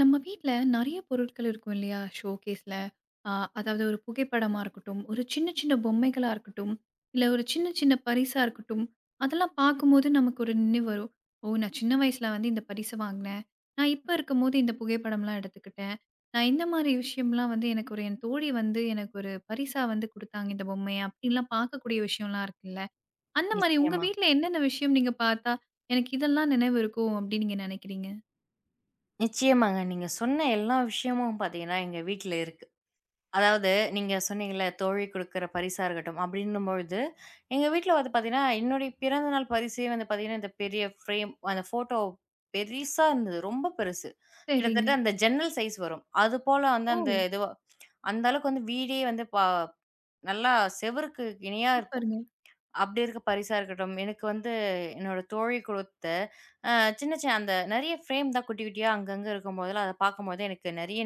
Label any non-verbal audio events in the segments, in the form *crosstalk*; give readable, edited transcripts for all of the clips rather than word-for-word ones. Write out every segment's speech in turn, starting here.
நம்ம வீட்ல நெறைய பொருட்கள் இருக்கும் இல்லையா? ஷோகேஸ்ல. அ அதாவது ஒரு புகைப்படமா இருக்கட்டும், ஒரு சின்ன சின்ன பொம்மைகளா இருக்கட்டும், இல்ல ஒரு சின்ன சின்ன பரிசா இருக்கட்டும், அதெல்லாம் பார்க்கும்போது நமக்கு ஒரு நினைவு வரும். ஓ! நான் சின்ன வயசுல வந்து இந்த பரிசு வாங்கினேன். நான் இப்ப இருக்கும்போது இந்த புகைப்படம்லாம் எடுத்துக்கிட்டேன். நான் இந்த மாரி விஷயம்லாம் வந்து எனக்கு ஒரு என் தோழி வந்து எனக்கு ஒரு பரிசா வந்து குடுத்தாங்க இந்த பொம்மைய அப்டின்லாம் பார்க்கக்கூடிய விஷயம்லாம் இருக்குல்ல. அந்த மாரி உங்க நிச்சயமா. வீட்ல என்னென்ன விஷயம் நீங்க பார்த்தா, எனக்கு இதெல்லாம் நினைவு இருக்கும் அப்டின்னு நீங்க நினைக்கிறீங்க? நிச்சயமாங்க. நீங்க சொன்ன எல்லா விஷயமும் பார்த்தீங்கன்னா, எங்க வீட்ல இருக்கு. அதாவது நீங்க சொன்னீங்கல்ல, தோழி குடுக்குற பரிசா இருக்கட்டும், அப்படின்னும்பொழுது, எங்க வீட்ல வந்து பார்த்தீங்கன்னா, என்னுடைய பிறந்த நாள் பரிசே வந்து பார்த்தீங்கன்னா, இந்த பெரிய ஃப்ரேம் அந்த ஃபோட்டோ பெரிசா இருந்தது. ரொம்ப பெருசு. சரிங்க. கிட்டத்தட்ட அந்த ஜன்னல் சைஸ் வரும். அதுபோல வந்து ஓ! அந்த இதுவ அந்த அளவுக்கு வந்து வீடே வந்து நல்லா செவுருக்கு இணையா இருக்கும். சூப்பருங்க. அப்படி இருக்க பரிசா இருக்கட்டும், எனக்கு வந்து என்னோட தோழி குடுத்த அ சின்ன சின்ன அந்த நெறைய ஃப்ரேம் தான் குட்டி குட்டியா அங்கங்க இருக்கும்போதெல்லாம், அத பார்க்கும்போது எனக்கு நெறைய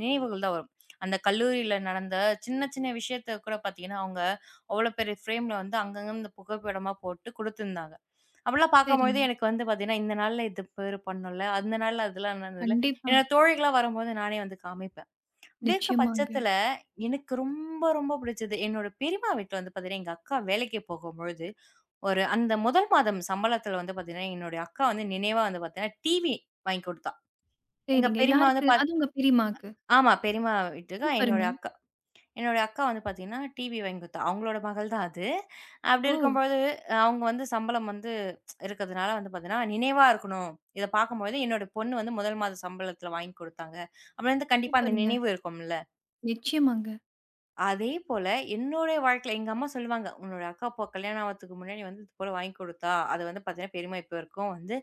நினைவுகள் தான் வரும். அந்த கல்லூரியில நடந்த சின்ன சின்ன விஷயத்த கூட பார்த்தீங்கன்னா, அவங்க அவ்வளோ பெரிய ஃப்ரேம்ல வந்து அங்கங்க இந்த புகைப்படமா போட்டு குடுத்துருந்தாங்க. அப்பலாம் பார்க்கும்போது சரிங்க. எனக்கு வந்து பார்த்தீங்கன்னா, இந்த நாள்ல இது பேர் பண்ணோம்ல, அந்த நாள்ல அதெல்லாம் நடந்ததுல, கண்டிப்பா. என்னோட தோழிகளா வரும்போது நானே வந்து காமிப்பேன். அப்படி இருக்க நிச்சயமாங்க. பட்சத்துல எனக்கு ரொம்ப ரொம்ப பிடிச்சது, என்னோட பெரியம்மா வீட்ல வந்து பார்த்தீங்கன்னா, எங்க அக்கா வேலைக்கு போகும்பொழுது ஒரு அந்த முதல் மாதம் சம்பளத்துல வந்து பாத்தீங்கன்னா, என்னுடைய அக்கா வந்து நினைவா வந்து பாத்தீங்கன்னா, டிவி வாங்கி குடுத்தா. எங்க சரிங்க. பெரியம்மா வந்து யாருக்கு? பாத் அது உங்க பெரியம்மாக்கு. ஆமா. பெரியம்மா வீட்டுக்கு என்னோட சூப்பருங்க. அக்கா. என்னோட அக்கா வந்து பாத்தீங்கன்னா, டிவி வாங்கி குடுத்தா. அவங்களோட மகள் தான் அது. அப்படி ஓ! இருக்கும்போது, அவங்க வந்து சம்பளம் வந்து இருக்கிறதுனால வந்து பாத்தீங்கன்னா, நினைவா இருக்கணும். இத பாக்கும்போது, என்னோட பொண்ணு வந்து முதல் மாத சம்பளத்துல வாங்கி குடுத்தாங்க. அப்ப வந்து கண்டிப்பா அந்த சூப்பருங்க. நினைவு இருக்கும்ல. நிச்சயமாங்க. அதே போல என்னுடைய வாழ்க்கையில எங்க அம்மா சொல்லுவாங்க, "உன்னோட அக்கா போ கல்யாணம் ஆவறதுக்கு முன்னாடி வந்து இது போல வாங்கி குடுத்தா, அது வந்து பார்த்தீங்கன்னா, பெரியம்மா இப்ப வரைக்கும் வந்து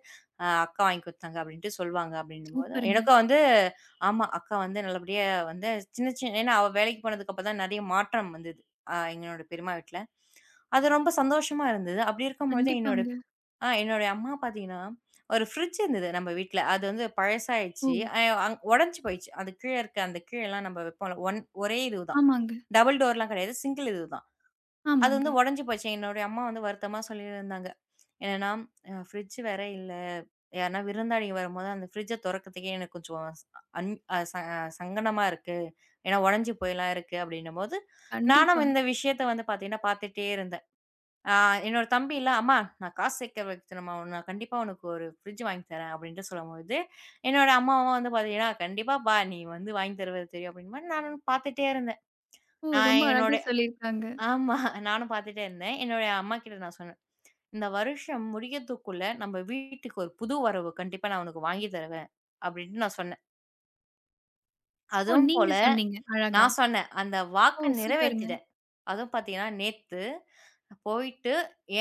அக்கா வாங்கி குடுத்தாங்க" அப்படின்ட்டு சொல்லுவாங்க. அப்படின்னும்போது சூப்பருங்க. எனக்கும் வந்து ஆமா, அக்கா வந்து நல்லபடியா வந்து சின்ன சின்ன ஏன்னா அவ வேலைக்கு போனதுக்கப்புறம் தான் நெறைய மாற்றம் வந்தது. எங்களோட பெரியம்மா வீட்ல. அது ரொம்ப சந்தோஷமா இருந்தது. அப்படி இருக்கும்பொழுது என்னோட கண்டிப்பாங்க. என்னோட அம்மா பார்த்தீங்கன்னா, ஒரு ஃப்ரிட்ஜ் இருந்தது நம்ம வீட்ல. அது வந்து ஓ! பழசாயிடுச்சு. அ அங் உடைஞ்சு போயிடுச்சு. அது கீழ இருக்க அந்த கீழலாம் நம்ம வைப்போம்ல, ஒரே இது தான். ஆமாங்க, டபுள் டோர்லாம் கிடையாது. சிங்கிள் இது தான். அது வந்து ஆமாங்க. உடைஞ்சு போச்சு. என்னுடைய அம்மா வந்து வருத்தமா சொல்லியிருந்தாங்க. என்னன்னா, ஃப்ரிட்ஜ் வேற இல்ல. யாருன்னா விருந்தாளிங்க வரும்போது அந்த ஃப்ரிட்ஜ தொறக்கிறதுக்கே எனக்கு கொஞ்சம் ஸ் அன் அ ச சங்கடமா இருக்கு. ஏன்னா உடைஞ்சு போயலாம் இருக்கு அப்படின்னும்போது, நானும் கண்டிப்பா. இந்த விஷயத்த வந்து பார்த்தீங்கன்னா, பார்த்துட்டே இருந்தேன். ஆ என்னோட தம்பில, "அம்மா நான் காசு சேர்க்க வைக்கணும்மா. நான் கண்டிப்பா உனக்கு ஒரு ஃப்ரிட்ஜ் வாங்கி தரேன்" அப்படின்ட்டு சொல்லும்போது, என்னோட அம்மாவும் வந்து பார்த்தீங்கன்னா, "கண்டிப்பாப்பா நீ வந்து வாங்கி தருவ தெரியும்" அப்படின்ற மாரி நானும் பார்த்துட்டே இருந்தேன். ஓ! ரொம்ப நான் அழகா என்னோட சொல்லியிருக்காங்க. ஆமா. நானும் பாத்துட்டே இருந்தேன். என்னுடைய அம்மாகிட்ட நான் சொன்னேன். "இந்த வருஷம் முடியத்துக்குள்ள நம்ம வீட்டுக்கு ஒரு புது வரவு கண்டிப்பா நான் உனக்கு வாங்கி தருவேன்." அப்படின்னு நான் சொன்னேன். ஓ! அதுவும் நீங்க போல சொன்னீங்க. அழகா. நான் சொன்னேன். அந்த ஓ! வாக்க சூப்பருங்க. நிறைவேத்திட்டேன். அதுவும் பாத்தீங்கன்னா, நேத்து போயிட்டு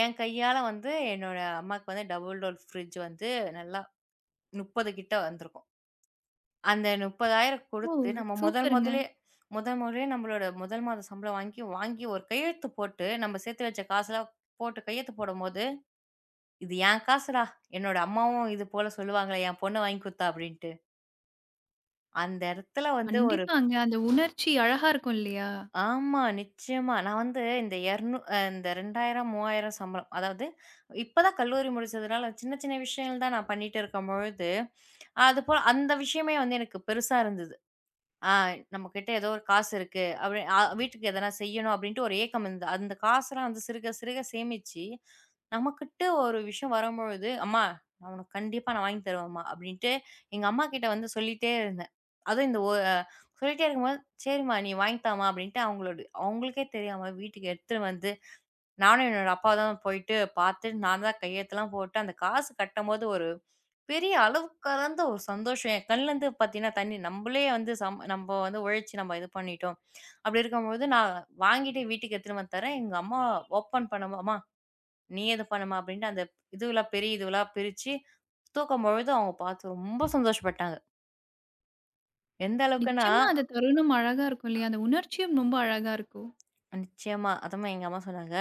என் கையால வந்து என்னோட அம்மாக்கு வந்து டபுள் டோர் ஃப்ரிட்ஜ் வந்து நல்லா 30 கிட்ட வந்திருக்கும். அந்த 30,000 ஓ! குடுத்து நம்ம முதல் சூப்பருங்க. முதலே முதல் முறையா நம்மளோட முதல் மாத சம்பளம் வாங்கி வாங்கி ஒரு கையெழுத்து போட்டு நம்ம சேர்த்து வச்ச காசுலாம் போட்டு கையெழுத்து போடும்போது இது என் காசுடா. என்னோட அம்மாவும் இது போல சொல்லுவாங்களே, என் பொண்ண வாங்கி குடுத்தா அப்டின்ட்டு. அந்த இடத்துல வந்து ஒரு கண்டிப்பாங்க. அந்த உணர்ச்சி அழகா இருக்கும் இல்லையா? ஆமா நிச்சயமா. நான் வந்து இந்த 200 அ இந்த 2000, 3000 சம்பளம். அதாவது இப்ப தான் கல்லூரி முடிச்சதுனால சின்ன சின்ன விஷயங்கள் தான் நான் பண்ணிட்டு இருக்கும்பொழுது, அதுபோல அந்த விஷயமே வந்து எனக்கு பெருசா இருந்தது. ஆ நம்மகிட்ட ஏதோ ஒரு காசு இருக்கு. அப்படி வீட்டுக்கு எதனா செய்யணும் அப்படின்ட்டு ஒரு ஏக்கம் இருந்தது. அந்த காசெல்லாம் வந்து சிறுக சிறுக சேமிச்சு, நமக்கிட்ட ஒரு விஷயம் வரும்பொழுது, "அம்மா நான் உனக்கு கண்டிப்பா வாங்கி தருவேன்ம்மா" அப்படின்ட்டு எங்க அம்மாகிட்ட வந்து சொல்லிட்டே இருந்தேன். அதுவும் இந்த ஒ அ சொல்லிட்டே இருக்கும்போது, "சரிம்மா நீ வாங்கி தாம்மா" அப்படின்ட்டு அவங்களுக்கே தெரியாம வீட்டுக்கு எடுத்துட்டு வந்து நானும் என்னோட அப்பா தான் போயிட்டு பார்த்து, நான் தான் கையெழுத்தெல்லாம் போட்டு, அந்த காசு கட்டம்போது ஒரு பெரிய அளவு கடந்த ஒரு சந்தோஷம். என் கண்லருந்து பார்த்தீங்கன்னா, தண்ணி நம்பளே வந்து நம்ப வந்து உழைச்சு நம்ம இது பண்ணிட்டோம். அப்படி இருக்கும்போது, நான் வாங்கிட்டு வீட்டுக்கு எடுத்துட்டு வந்து தரேன். எங்க அம்மா ஓப்பன் பண்ணும்போது, "அம்மா நீயே இது பண்ணுமா" அப்படின்ட்டு அந்த இதுவெல்லாம் பிரிச்சு தூக்கும்பொழுது, அவங்க பார்த்து ரொம்ப சந்தோஷப்பட்டாங்க. எந்த அளவுக்குன்னா நிச்சயமா அந்த தருணம் அழகா இருக்கும் இல்லையா? அந்த உணர்ச்சியும் ரொம்ப அழகா இருக்கும். நிச்சயமா. அதுமாரி எங்க அம்மா சொன்னாங்க,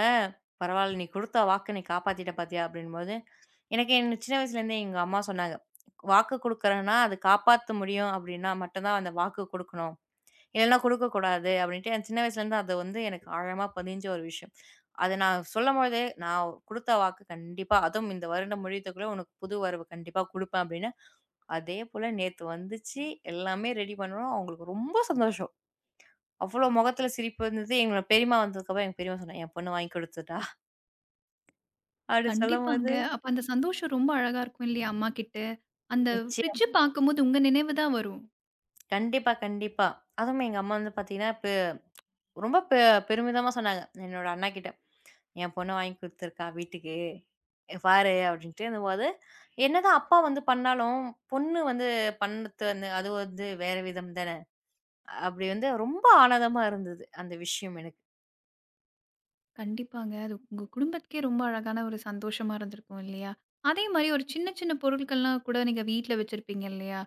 "பரவால்ல நீ குடுத்த வாக்க நீ காப்பாத்திட்ட பார்த்தியா?" அப்படின்னும்போது, எனக்கு என்ன சின்ன வயசுலேருந்தே எங்க அம்மா சொன்னாங்க. "வாக்கு குடுக்குறேன்னா, அது காப்பாத்த முடியும் அப்டின்னா மட்டும் தான் அந்த வாக்கு குடுக்கணும். இல்லன்னா குடுக்கக்கூடாது" அப்டின்ட்டு என் சின்ன வயசுலேருந்து அது வந்து எனக்கு ஆழமா பதிஞ்ச ஒரு விஷயம். அத நான் சொல்லும்பொழுதே, "நான் குடுத்த வாக்கு கண்டிப்பா அதுவும் இந்த வருடம் முடியத்துக்குள்ள உனக்கு புது வரவு கண்டிப்பா குடுப்பேன்" அப்டின்னு அதே போல நேத்து வந்துச்சு. எல்லாமே ரெடி பண்ணோம். அவங்களுக்கு ரொம்ப சந்தோஷம். அவ்ளோ முகத்துல சிரிப்பு இருந்தது. எங்களோட பெரியம்மா வந்ததுக்கப்புறம் எங்க பெரியம்மா சொன்னாங்க, "என் பொண்ணு வாங்கி குடுத்துட்டா" அப்டி கண்டிப்பாங்க. சொல்லும்போது அப்ப அந்த சந்தோஷம் ரொம்ப அழகா இருக்கும் இல்லையா அம்மாகிட்ட? அந்த நிச்சயம். ஃப்ரிட்ஜ் பார்க்கும்போது உங்க நினைவு தான் வரும். கண்டிப்பா, கண்டிப்பா. அதுவும் எங்க அம்மா வந்து பாத்தீங்கன்னா, இப்ப ரொம்ப பெருமிதமா சொன்னாங்க. என்னோட அண்ணாகிட்ட, "என் பொண்ணு வாங்கி குடுத்துருக்கா வீட்டுக்கு. இங்க பாரு" அப்படின்ட்டுன்னும்போது, என்னதான் அப்பா வந்து பண்ணாலும், பொண்ணு வந்து பண்ணது வந்து அது வந்து வேற விதம் தானே. அப்படி வந்து ரொம்ப ஆனந்தமா இருந்தது, அந்த விஷயம் எனக்கு. கண்டிப்பாங்க. அது உங்க குடும்பத்துக்கே ரொம்ப அழகான ஒரு சந்தோஷமா இருந்திருக்கும் இல்லையா? அதே மாரி ஒரு சின்ன சின்ன பொருட்கள்லாம் கூட நீங்க வீட்ல வச்சிருப்பீங்க இல்லையா?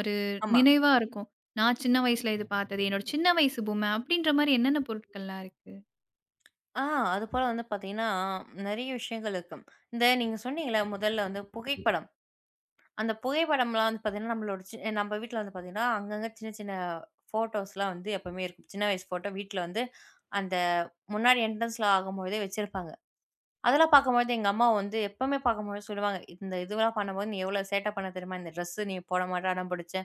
ஒரு ஆமா. நினைவா இருக்கும். நான் சின்ன வயசுல இது பார்த்தது. என்னோட சின்ன வயசு பொம்மை அப்படின்ற மாரி என்னென்ன பொருட்கள்லாம் இருக்கு? ஆ அதுபோல வந்து பாத்தீங்கன்னா, நெறைய விஷயங்கள் இருக்கும். இந்த நீங்க சொன்னீங்கல்ல முதல்ல வந்து புகைப்படம். அந்த புகைப்படம்லாம் வந்து பார்த்தீங்கன்னா, நம்மளோட நம்ம வீட்ல வந்து பார்த்தீங்கன்னா, அங்கங்க சின்ன சின்ன ஃபோட்டோஸ்லாம் வந்து எப்பவுமே இருக்கும். சின்ன வயசு ஃபோட்டோ வீட்ல வந்து அந்த முன்னாடி என்ட்ரன்ஸ்ல ஆகும்போதே வச்சிருப்பாங்க. அதெல்லாம் பார்க்கும்போது எங்க அம்மா வந்து எப்பவுமே பார்க்கும்போது சொல்லுவாங்க, "இந்த இதுவெல்லாம் பண்ணும்போது நீ எவ்வளோ சேட்டை பண்ண தெரியுமா? இந்த ட்ரெஸ்ஸு நீ போட மாட்ட, அடம் பிடிச்ச.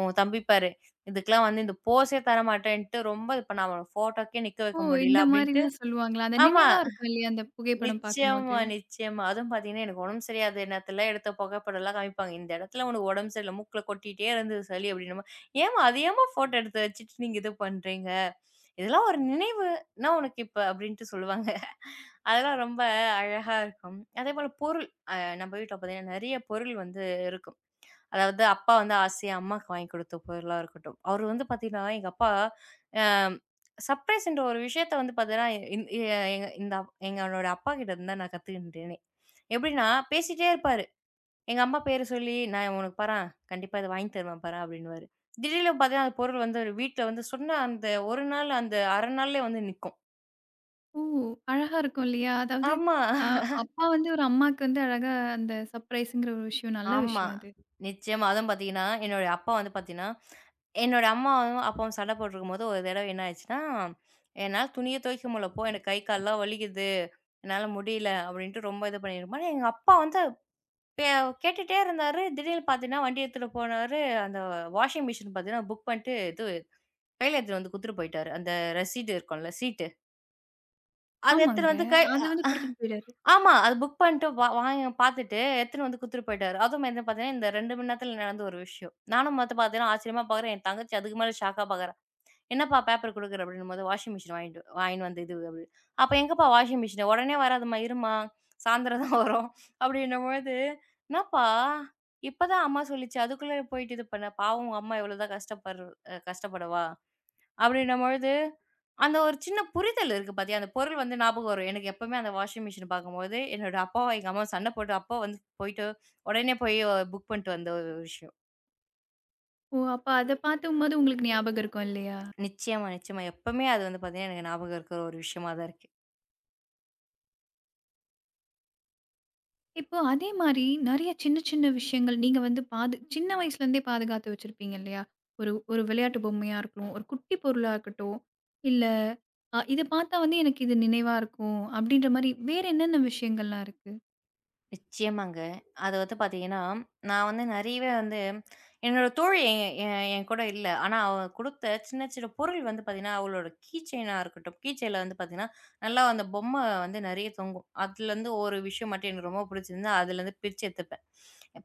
உன் தம்பி பாரு, இதுக்கெல்லாம் வந்து இந்த போஸே தரமாட்டேன்ட்டு ரொம்ப இது பண்ண அவன ஃபோட்டோக்கே நிக்க ஓ! வைக்க இந்த முடியல" அப்படின்ட்டு மாரிலாம் சொல்லுவாங்களா? அந்த ஆமா. நினைவா இருக்கும் இல்லையா? அந்த புகைப்படம் பார்க்கும்போது. நிச்சயமா, நிச்சயமா. அதுவும் பார்த்தீங்கன்னா, எனக்கு உடம்பு சரியாத நேரத்துல எடுத்த புகைப்படம்லாம் காமிப்பாங்க. இந்த இடத்துல உனக்கு உடம்பு சரியில்ல. மூக்குல கொட்டிட்டே இருந்தது சளி அப்படின்னும்போது, "ஏம்மா அது ஏம்மா ஃபோட்டோ எடுத்து வச்சுட்டு நீங்க இது பண்றீங்க? இதெல்லாம் ஒரு நினைவு நான் உனக்கு இப்ப" அப்படின்ட்டு சொல்லுவாங்க. *laughs* அதெல்லாம் ரொம்ப அழகா இருக்கும். அதேபோல பொருள் அ நம்ம வீட்ல பார்த்தீங்கன்னா, நெறைய பொருள் வந்து இருக்கும். அதாவது அப்பா வந்து ஆசையா அம்மாக்கு வாங்கி குடுத்த பொருளா இருக்கட்டும். அவரு வந்து பாத்தீங்கன்னா, எங்க அப்பா அ சர்ப்ரைஸ்ன்ற ஒரு விஷயத்த வந்து பாத்தீங்கன்னா, இந் எ எங்க இந்த எங்களோட அப்பாகிட்ட இருந்து தான் நான் கத்துக்கிட்டேனே. எப்படின்னா, பேசிட்டே இருப்பாரு. எங்க அம்மா பேர சொல்லி, "நான் உனக்கு பாரேன், கண்டிப்பா இத வாங்கி தருவேன் பாரேன்" அப்படின்னுவாரு. திடீர்னு பாத்தீங்கன்னா, அந்த பொருள் வந்து ஒரு வீட்ல வந்து சொன்ன அந்த 1 நாள், அந்த 1/2 நாள்லயே வந்து நிக்கும். ஓ! அழகா இருக்கும் இல்லையா? அதாவது ஆமா. அ அப்பா வந்து ஒரு அம்மாக்கு வந்து அழகா அந்த சர்ப்ரைஸ்ங்கிற ஒரு விஷயம் நல்ல ஆமா. விஷயம் அது. நிச்சயமா. அதுவும் பார்த்தீங்கன்னா, என்னோட அப்பா வந்து பார்த்தீங்கன்னா, என்னோட அம்மாவும், அப்பாவும் சண்டை போட்டுருக்கும்போது ஒரு தடவ என்ன ஆச்சுன்னா, "என்னால துணிய துவைக்க முடியல போ, எனக்கு கை கால்லாம் வலிக்குது. என்னால முடியல." அப்படின்ட்டு ரொம்ப இது பண்ணியிருப்பாரு. எங்க அப்பா வந்து பே கேட்டுட்டே இருந்தாரு. திடீர்னு பார்த்தீங்கன்னா, வண்டி எடுத்துட்டு போனாரு. அந்த வாஷிங் மிஷின் பார்த்தீங்கன்னா புக் பண்ணிட்டு, இது கையில எடுத்துட்டு வந்து குடுத்துட்டு போயிட்டாரு. அந்த ரசீடு இருக்கும்ல, சீட்டு. அத எடுத்துட்டு ஆமாங்க. வந்து கை அத வந்து குடுத்துட்டு போயிறாரு. ஆமா. அது புக் பண்ணிட்டு வா வாங்க பாத்துட்டு எடுத்துன்னு வந்து குடுத்துட்டு போயிட்டாரு. அதுவும் வந்து பாத்தீங்கன்னா, இந்த 2 மணி நேரத்துல நடந்த ஒரு விஷயம். நானும் வந்து பாத்தீங்கன்னா, ஆச்சரியமா பாக்குறேன். என் தங்கச்சி அதுக்கு மேல ஷாக்கா பாக்குறா. "என்னப்பா பேப்பர் குடுக்குற?" அப்படின்னும்போது, "வாஷிங் மிஷின் வாங்கிட்டு வாங்கின்னு வந்து இது" அப்படி. "அப்ப எங்கப்பா வாஷிங் மிஷின்?" "உடனே வராதும்மா, இரும்மா. சாயந்தரம் தான் வரும்." அப்படின்னும்பொழுது, "என்னப்பா, இப்பதான் அம்மா சொல்லிச்சு. அதுக்குள்ள போயிட்டு இது பண்ண? பாவம் உங்க அம்மா எவ்வளவுதான் கஷ்டப்பட்ற கஷ்டப்படவா?" அப்படின்னும்பொழுது அந்த ஒரு சின்ன புரிதல் இருக்கு பாத்தியா? அந்த பொருள் வந்து ஞாபகம் வரும். எனக்கு எப்பவுமே அந்த வாஷிங் மிஷின் பார்க்கும்போது, என்னோட அப்பாவும் எங்க அம்மாவும் சண்டை போட்டு, அப்பா வந்து போயிட்டு உடனே போய் புக் பண்ணிட்டு வந்த ஒரு விஷயம். ஓ! அப்ப அத பார்க்கும்போது உங்களுக்கு ஞாபகம் இருக்கும் இல்லையா? நிச்சயமா, நிச்சயமா. எப்பவுமே அது வந்து பாத்தீங்கன்னா, எனக்கு ஞாபகம் இருக்கிற ஒரு விஷயமா தான் இருக்கு. இப்போ அதே மாரி நெறைய சின்ன சின்ன விஷயங்கள் நீங்க வந்து பாது சின்ன வயசுலேருந்தே பாதுகாத்து வச்சிருப்பீங்க இல்லையா? ஒரு ஒரு விளையாட்டு பொம்மையா இருக்கட்டும், ஒரு குட்டி பொருளா இருக்கட்டும், இல்ல இத பார்த்தா வந்து எனக்கு இது நினைவா இருக்கும் அப்படின்ற மாரி வேற என்னென்ன விஷயங்கள்லாம் இருக்கு? நிச்சயமாங்க. அது வந்து பாத்தீங்கன்னா, நான் வந்து நெறையவே வந்து என்னோட தோழி எ என் என் கூட இல்ல. ஆனா, அவ குடுத்த சின்ன சின்ன பொருள் வந்து பாத்தீங்கன்னா, அவளோட கீ செயினா இருக்கட்டும், கீ செயின்ல வந்து பாத்தீங்கன்னா, நல்லா அந்த பொம்மை வந்து நெறைய தொங்கும். அதுலருந்து ஒரு விஷயம் மட்டும் எனக்கு ரொம்ப புடிச்சிருந்தது. அதுலருந்து பிரிச்சு எடுத்துப்பேன்.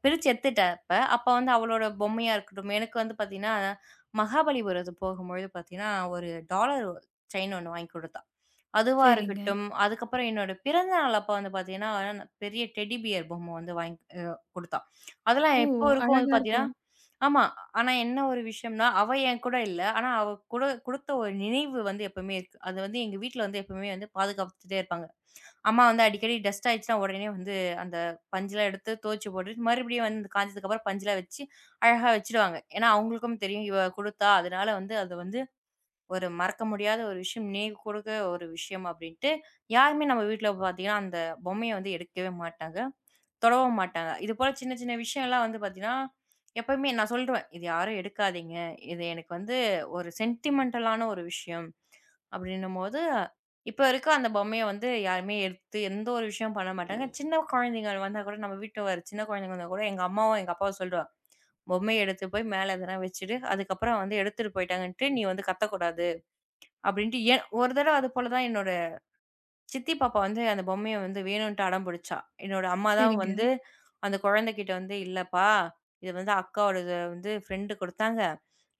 பிரிச்சு எடுத்துட்டேன் அப்ப. அப்ப வந்து அவளோட பொம்மையா இருக்கட்டும், எனக்கு வந்து பார்த்தீங்கன்னா, மகாபலிபுரத்துக்கு போகும்பொழுது பார்த்தீங்கன்னா, ஒரு டாலர் செயின் ஒண்ணு வாங்கி குடுத்தா. அதுவா சரிங்க. இருக்கட்டும், அதுக்கப்புறம் என்னோட பிறந்த நாள் அப்ப வந்து பார்த்தீங்கன்னா, பெரிய டெடி பியர் பொம்மை வந்து வாங்கி குடுத்தா. அதெல்லாம் ஓ! இப்போ வரைக்கும் வந்து அழகா பார்த்தீங்கன்னா இருக்கும். ஆமா. ஆனா என்ன ஒரு விஷயம்னா, அவ என் கூட இல்ல. ஆனா அவ கூட குடுத்த ஒரு நினைவு வந்து எப்பவுமே இருக்கு. அது வந்து எங்க வீட்ல வந்து எப்பவுமே வந்து பாதுகாத்துட்டே இருப்பாங்க. அம்மா வந்து அடிக்கடி டஸ்ட் ஆயிடுச்சுன்னா, உடனே வந்து அந்த பஞ்செல்லாம் எடுத்து துவச்சு போட்டுட்டு, மறுபடியும் வந்து காஞ்சதுக்கப்புறம் பஞ்செல்லாம் வச்சு, அழகா வச்சுடுவாங்க. ஏன்னா அவங்களுக்கும் தெரியும், இவ குடுத்தா. அதனால வந்து அது வந்து ஒரு மறக்க முடியாத ஒரு விஷயம், நினைவு கூர்ந்த ஒரு விஷயம் அப்படின்ட்டு, யாருமே நம்ம வீட்ல பாத்தீங்கன்னா, அந்த பொம்மைய வந்து எடுக்கவே மாட்டாங்க. தொடவ மாட்டாங்க. இது போல சின்ன சின்ன விஷயம்லாம் வந்து பார்த்தீங்கன்னா, எப்பவுமே நான் சொல்ருவேன். "இது யாரும் எடுக்காதீங்க. இது எனக்கு வந்து ஒரு சென்டிமென்டலான ஒரு விஷயம்." அப்படின்னும்போது, இப்ப இருக்க அந்த பொம்மைய வந்து யாருமே எடுத்து எந்த ஒரு விஷயம் பண்ண மாட்டாங்க. சின்ன குழந்தைகள் வந்தா கூட நம்ம வீட்ல ஒரு சின்ன குழந்தைங்க வந்தா கூட எங்க அம்மாவும், எங்க அப்பாவும் சொல்ருவாங்க. "பொம்மைய எடுத்து போய் மேல எதனா வச்சுடு. அதுக்கப்புறம் வந்து எடுத்துட்டு போயிட்டாங்கன்ட்டு நீ வந்து கத்தக்கூடாது." அப்படின்ட்டு ஏன் ஒரு தடவ அது போல தான் என்னோட சித்தி பாப்பா வந்து அந்த பொம்மைய வந்து வேணுன்ட்டு அடம் பிடிச்சா. என்னோட அம்மா தான் சரிங்க. வந்து அந்த குழந்தைகிட்ட வந்து, "இல்லப்பா, இது வந்து அக்காவோடது வந்து ஃப்ரெண்டு குடுத்தாங்க.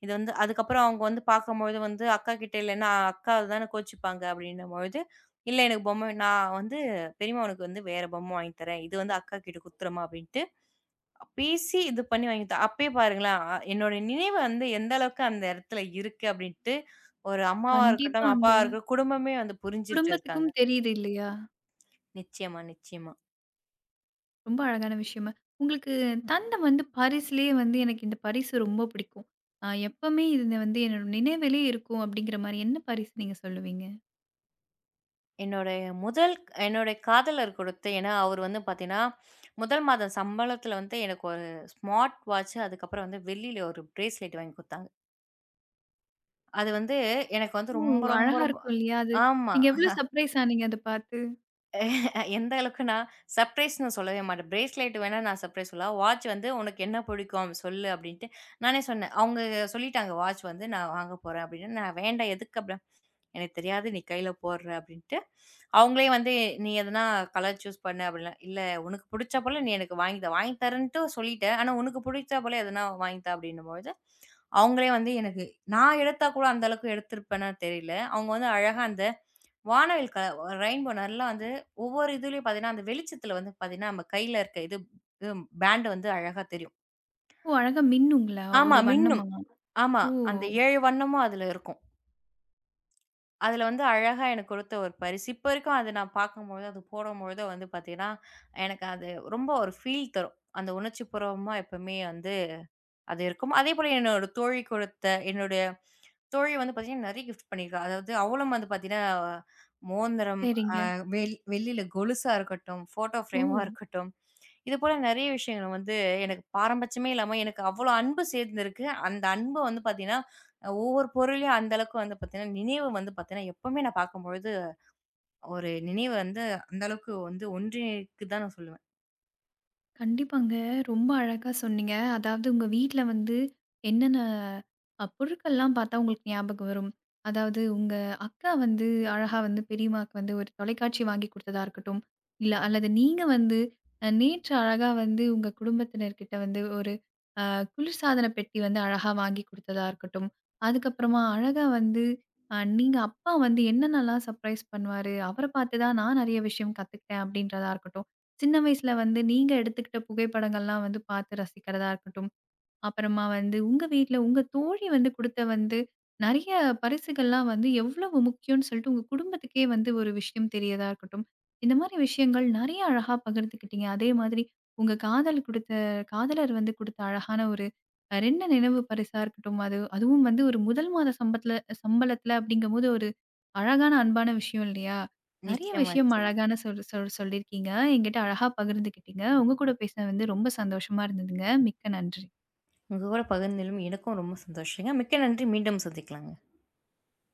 இது வந்து" அதுக்கப்புறம் அவங்க வந்து பார்க்கும்பொழுது வந்து அக்கா கிட்ட இல்லன்னா, அக்காவ தானே கோச்சுப்பாங்க அப்படின்னும்பொழுது, "இல்ல எனக்கு பொம்மை நான் வந்து பெரியம்மா உனக்கு வந்து வேற பொம்மை வாங்கி தரேன். இது வந்து அக்கா கிட்ட குடுத்துரும்மா" அப்படின்ட்டு பேசி இது பண்ணி வாங்கி தா அப்பயே பாருங்களேன், என்னோட நினைவு வந்து எந்த அளவுக்கு அந்த இடத்துல இருக்கு அப்படின்ட்டு, ஒரு அம்மாவா இருக்கட்டும், கண்டிப்பாங்க. அப்பாவா இருக்கட்டும் குடும்பமே வந்து புரிஞ்சுட்டு இருக்காங்க. குடும்பத்துக்கும் தெரியுது இல்லையா? நிச்சயமா, நிச்சயமா. ரொம்ப அழகான விஷயமா. உங்களுக்கு ம். தந்த வந்து பரிசுலயே வந்து எனக்கு இந்த பரிசு ரொம்ப பிடிக்கும். எப்பமே இது வந்து என்னோட நினைவிலே இருக்கும் அப்படிங்கிற மாரி என்ன பரிசு நீங்க சொல்லுவீங்க? என்னோடைய முதல் என்னோட காதலர் கொடுத்து ஏன்னா அவரு வந்து பார்த்தீங்கன்னா, முதல் மாதம் சம்பளத்துல வந்து எனக்கு ஒரு ஸ்மார்ட் வாட்ச், அதுக்கப்புறம் வந்து வெள்ளியில ஒரு பிரேஸ்லெட் வாங்கி குடுத்தாங்க. அது வந்து எனக்கு வந்து ஓ! ரொம்ப, ரொம்ப, அழகா ரொம்ப இருக்கும் இல்லையா? அது ஆமா. நீங்க எவ்வளோ சர்ப்ரைஸ் ஆனீங்க அத பார்த்து? *laughs* எந்த அளவுக்குன்னா, சர்ப்ரைஸ்ன்னு சொல்லவே மாட்டேன். பிரேஸ்லெட் வேணா நான் சர்ப்ரைஸ் சொல்லலாம். வாட்ச் வந்து "உனக்கு என்ன பிடிக்கும்? சொல்லு" அப்படின்ட்டு நானே சொன்னேன். அவங்க சொல்லிட்டாங்க, "வாட்ச் வந்து நான் வாங்க போறேன்" அப்படின்னு. நான் "வேண்டாம் எதுக்கு?" "எனக்கு தெரியாது. நீ கையில போடுற" அப்படின்ட்டு. அவங்களே வந்து, "நீ எதனா கலர் சூஸ் பண்ணு" அப்படிலாம். "இல்ல உனக்கு புடிச்சா போல நீ எனக்கு வாங்கி தா. வாங்கி தரேன்ட்டு சொல்லிட்டேன். ஆனா உனக்கு புடிச்சா போல எதனா வாங்கி தா" அப்படின்னும்பொழுது, அவங்களே வந்து எனக்கு நான் எடுத்தா கூட அந்த அளவுக்கு எடுத்திருப்பேனா தெரியல. அவங்க வந்து அழகா அந்த வானவில் கலர் ரெயின்போ நல்லா வந்து ஒவ்வொரு இதுலயும் பார்த்தீங்கன்னா, அந்த வெளிச்சத்துல வந்து பார்த்தீங்கன்னா, நம்ம கையில இருக்க இது இது பேண்ட் வந்து அழகா தெரியும். ஓ! அழகா மின்னுங்களா? ஆமா ஒரு மின்னும். வண்ணமா? ஆமா. ஓ! அந்த 7 வண்ணமும் அதுல இருக்கும். அதில வந்து அழகா எனக்கு கொடுத்த ஒரு பரிசு. இப்ப வரைக்கும் அது நான் பார்க்கும்பொழுது, அது போடும்பொழுது வந்து பார்த்தீங்கன்னா, எனக்கு அது ரொம்ப ஒரு ஃபீல் தரும். அந்த உணர்ச்சிப்பூர்வமா எப்பவுமே வந்து அது இருக்கும். அதேபோல என்னோட தோழி கொடுத்த என்னுடைய தோழி வந்து பார்த்தீங்கன்னா, நிறைய கிஃப்ட் பண்ணியிருக்கா. அதாவது அவளும் வந்து பார்த்தீங்கன்னா, மோதிரம், அ சரிங்க. வெள் வெள்ளியில கொலுசா இருக்கட்டும், ஃபோட்டோ ஓ! ஃப்ரேமா இருக்கட்டும், இதுபோல நிறைய விஷயங்கள் வந்து எனக்கு பாரபட்சமே இல்லாம எனக்கு அவ்வளோ அன்பு சேர்ந்திருக்கு. அந்த அன்பு வந்து பார்த்தீங்கன்னா, ஒவ்வொரு பொருளையும் அந்த அளவுக்கு வந்து பார்த்தீங்கன்னா, நினைவு வந்து பார்த்தீங்கன்னா, எப்பவுமே நான் பார்க்கும்பொழுது ஒரு நினைவு வந்து அந்த அளவுக்கு வந்து ஒன்றிணைக்குதுதான் நான் சொல்லுவேன். கண்டிப்பாங்க. ரொம்ப அழகா சொன்னீங்க. அதாவது உங்க வீட்ல வந்து என்னென்ன பொருட்கள்லாம் பார்த்தா உங்களுக்கு ஞாபகம் வரும்? அதாவது உங்க அக்கா வந்து அழகா வந்து பெரியம்மாக்கு வந்து ஒரு தொலைக்காட்சி வாங்கி குடுத்ததா இருக்கட்டும், இல்ல அல்லது நீங்க வந்து நேற்று அழகா வந்து உங்க குடும்பத்தினர்கிட்ட வந்து ஒரு குளிர்சாதன பெட்டி வந்து அழகா வாங்கி குடுத்ததா இருக்கட்டும். அதுக்கப்புறமா அழகா வந்து நீங்க அப்பா வந்து என்னென்னலாம் சர்ப்ரைஸ் பண்ணுவாரு, அவர பார்த்து தான் நான் நெறைய விஷயம் கத்துக்கிட்டேன் அப்படின்றதா இருக்கட்டும். சின்ன வயசுல வந்து நீங்க எடுத்துக்கிட்ட புகைப்படங்கள்லாம் வந்து பார்த்து ரசிக்கிறதா இருக்கட்டும். அப்புறமா வந்து உங்க வீட்ல உங்க தோழி வந்து குடுத்த வந்து நெறைய பரிசுகள்லாம் வந்து எவ்வளவு முக்கியம்னு சொல்லிட்டு உங்க குடும்பத்துக்கே வந்து ஒரு விஷயம் தெரியதா இருக்கட்டும். இந்த மாரி விஷயங்கள் நெறைய அழகா பகிர்ந்துக்கிட்டீங்க. அதே மாதிரி உங்க காதல் குடுத்த காதலர் வந்து குடுத்த அழகான ஒரு 2 நினைவு பரிசா இருக்கட்டும். அது அதுவும் வந்து ஒரு முதல் மாத சம்பளத்துல அப்படிங்கும்போது ஒரு அழகான அன்பான விஷயம் இல்லையா? நெறைய நிச்சயமா, விஷயம் நிச்சயமா. அழகான சொல் சொல் சொல்லியிருக்கீங்க. என்கிட்ட அழகா பகிர்ந்துக்கிட்டீங்க. உங்க கூட பேசினது வந்து ரொம்ப சந்தோஷமா இருந்ததுங்க. மிக்க நன்றி. உங்க கூட பகிர்ந்ததிலும் எனக்கும் ரொம்ப சந்தோஷங்க. மிக்க நன்றி. மீண்டும் சந்திக்கலாங்க.